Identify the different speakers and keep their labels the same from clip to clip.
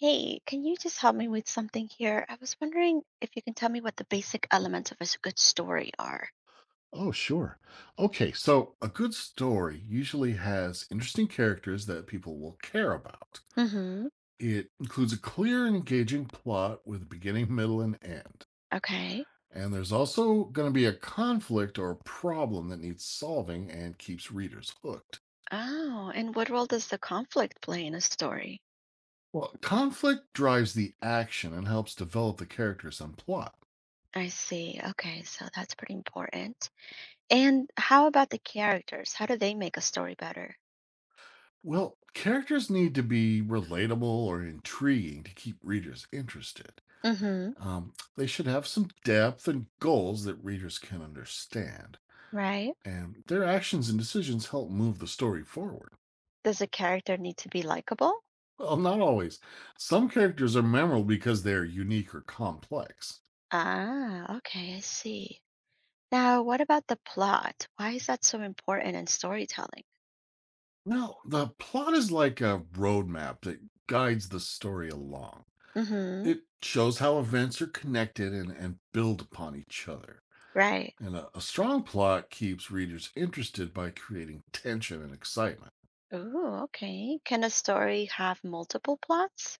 Speaker 1: Hey, can you just help me with something here? I was wondering if you can tell me what the basic elements of a good story are.
Speaker 2: Oh, sure. Okay, so a good story usually has interesting characters that people will care about.
Speaker 1: Mm-hmm.
Speaker 2: It includes a clear and engaging plot with a beginning, middle, and end.
Speaker 1: Okay.
Speaker 2: And there's also going to be a conflict or a problem that needs solving and keeps readers hooked.
Speaker 1: Oh, and what role does the conflict play in a story?
Speaker 2: Well, conflict drives the action and helps develop the characters and plot.
Speaker 1: I see. Okay, so that's pretty important. And how about the characters? How do they make a story better?
Speaker 2: Well, characters need to be relatable or intriguing to keep readers interested.
Speaker 1: Mm-hmm.
Speaker 2: They should have some depth and goals that readers can understand,
Speaker 1: Right?
Speaker 2: and their actions and decisions help move the story forward.
Speaker 1: Does a character need to be likable?
Speaker 2: Well, not always. Some characters are memorable because they're unique or complex.
Speaker 1: Ah, okay, I see. Now, what about the plot? Why is that so important in storytelling?
Speaker 2: Now, the plot is like a roadmap that guides the story along.
Speaker 1: Mm-hmm.
Speaker 2: It shows how events are connected and build upon each other.
Speaker 1: Right.
Speaker 2: And a strong plot keeps readers interested by creating tension and excitement.
Speaker 1: Oh, okay. Can a story have multiple plots?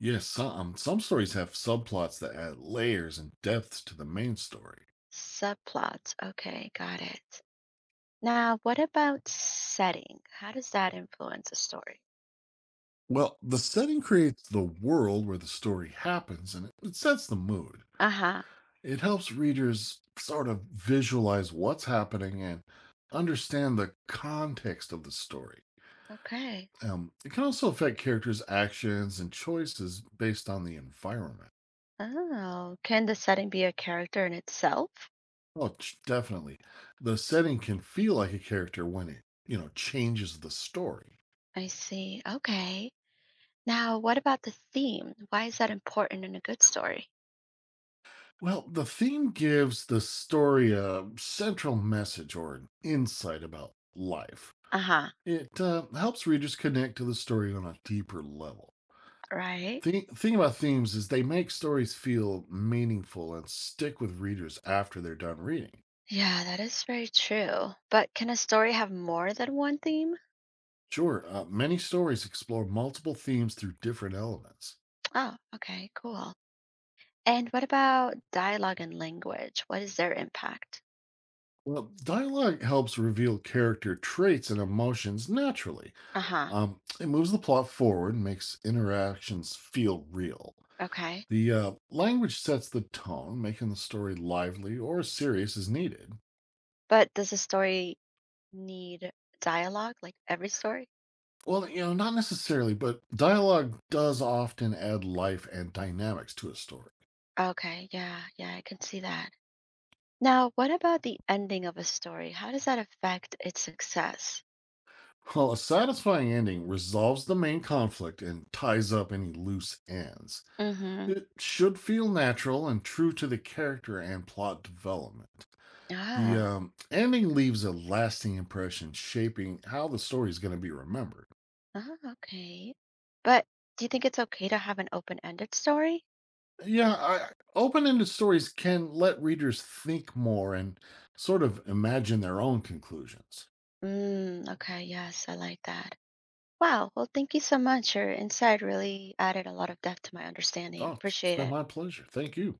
Speaker 2: Yes, some stories have subplots that add layers and depths to the main story.
Speaker 1: Subplots. Okay, got it. Now, what about setting? How does that influence a story?
Speaker 2: Well, the setting creates the world where the story happens and it sets the mood.
Speaker 1: Uh-huh.
Speaker 2: It helps readers sort of visualize what's happening and understand the context of the story.
Speaker 1: Okay.
Speaker 2: It can also affect characters' actions and choices based on the environment.
Speaker 1: Oh, can the setting be a character in itself?
Speaker 2: Oh, definitely. The setting can feel like a character when it changes the story.
Speaker 1: I see. Okay. Now, what about the theme? Why is that important in a good story?
Speaker 2: Well, the theme gives the story a central message or an insight about life.
Speaker 1: Uh-huh.
Speaker 2: It helps readers connect to the story on a deeper level.
Speaker 1: Right?
Speaker 2: The thing about themes is they make stories feel meaningful and stick with readers after they're done reading.
Speaker 1: Yeah, that is very true. But can a story have more than one theme?
Speaker 2: Sure, many stories explore multiple themes through different elements.
Speaker 1: Oh, okay, cool. And what about dialogue and language? What is their impact?
Speaker 2: Well, dialogue helps reveal character traits and emotions naturally.
Speaker 1: Uh-huh.
Speaker 2: It moves the plot forward and makes interactions feel real.
Speaker 1: Okay.
Speaker 2: The language sets the tone, making the story lively or serious as needed.
Speaker 1: But does a story need dialogue, like every story?
Speaker 2: Well, not necessarily, but dialogue does often add life and dynamics to a story.
Speaker 1: Okay, yeah, yeah, I can see that. Now, what about the ending of a story? How does that affect its success?
Speaker 2: While a satisfying ending resolves the main conflict and ties up any loose ends,
Speaker 1: Mm-hmm.
Speaker 2: it should feel natural and true to the character and plot development. The
Speaker 1: Oh,
Speaker 2: ending leaves a lasting impression, shaping how the story is going to be remembered.
Speaker 1: oh, okay. But do you think it's okay to have an open-ended story?
Speaker 2: yeah I, Open-ended stories can let readers think more and sort of imagine their own conclusions.
Speaker 1: Mm, okay, yes, I like that. Wow, well, thank you so much. Your insight really added a lot of depth to my understanding.
Speaker 2: Oh, it's
Speaker 1: Appreciate
Speaker 2: been
Speaker 1: it.
Speaker 2: my pleasure. Thank you.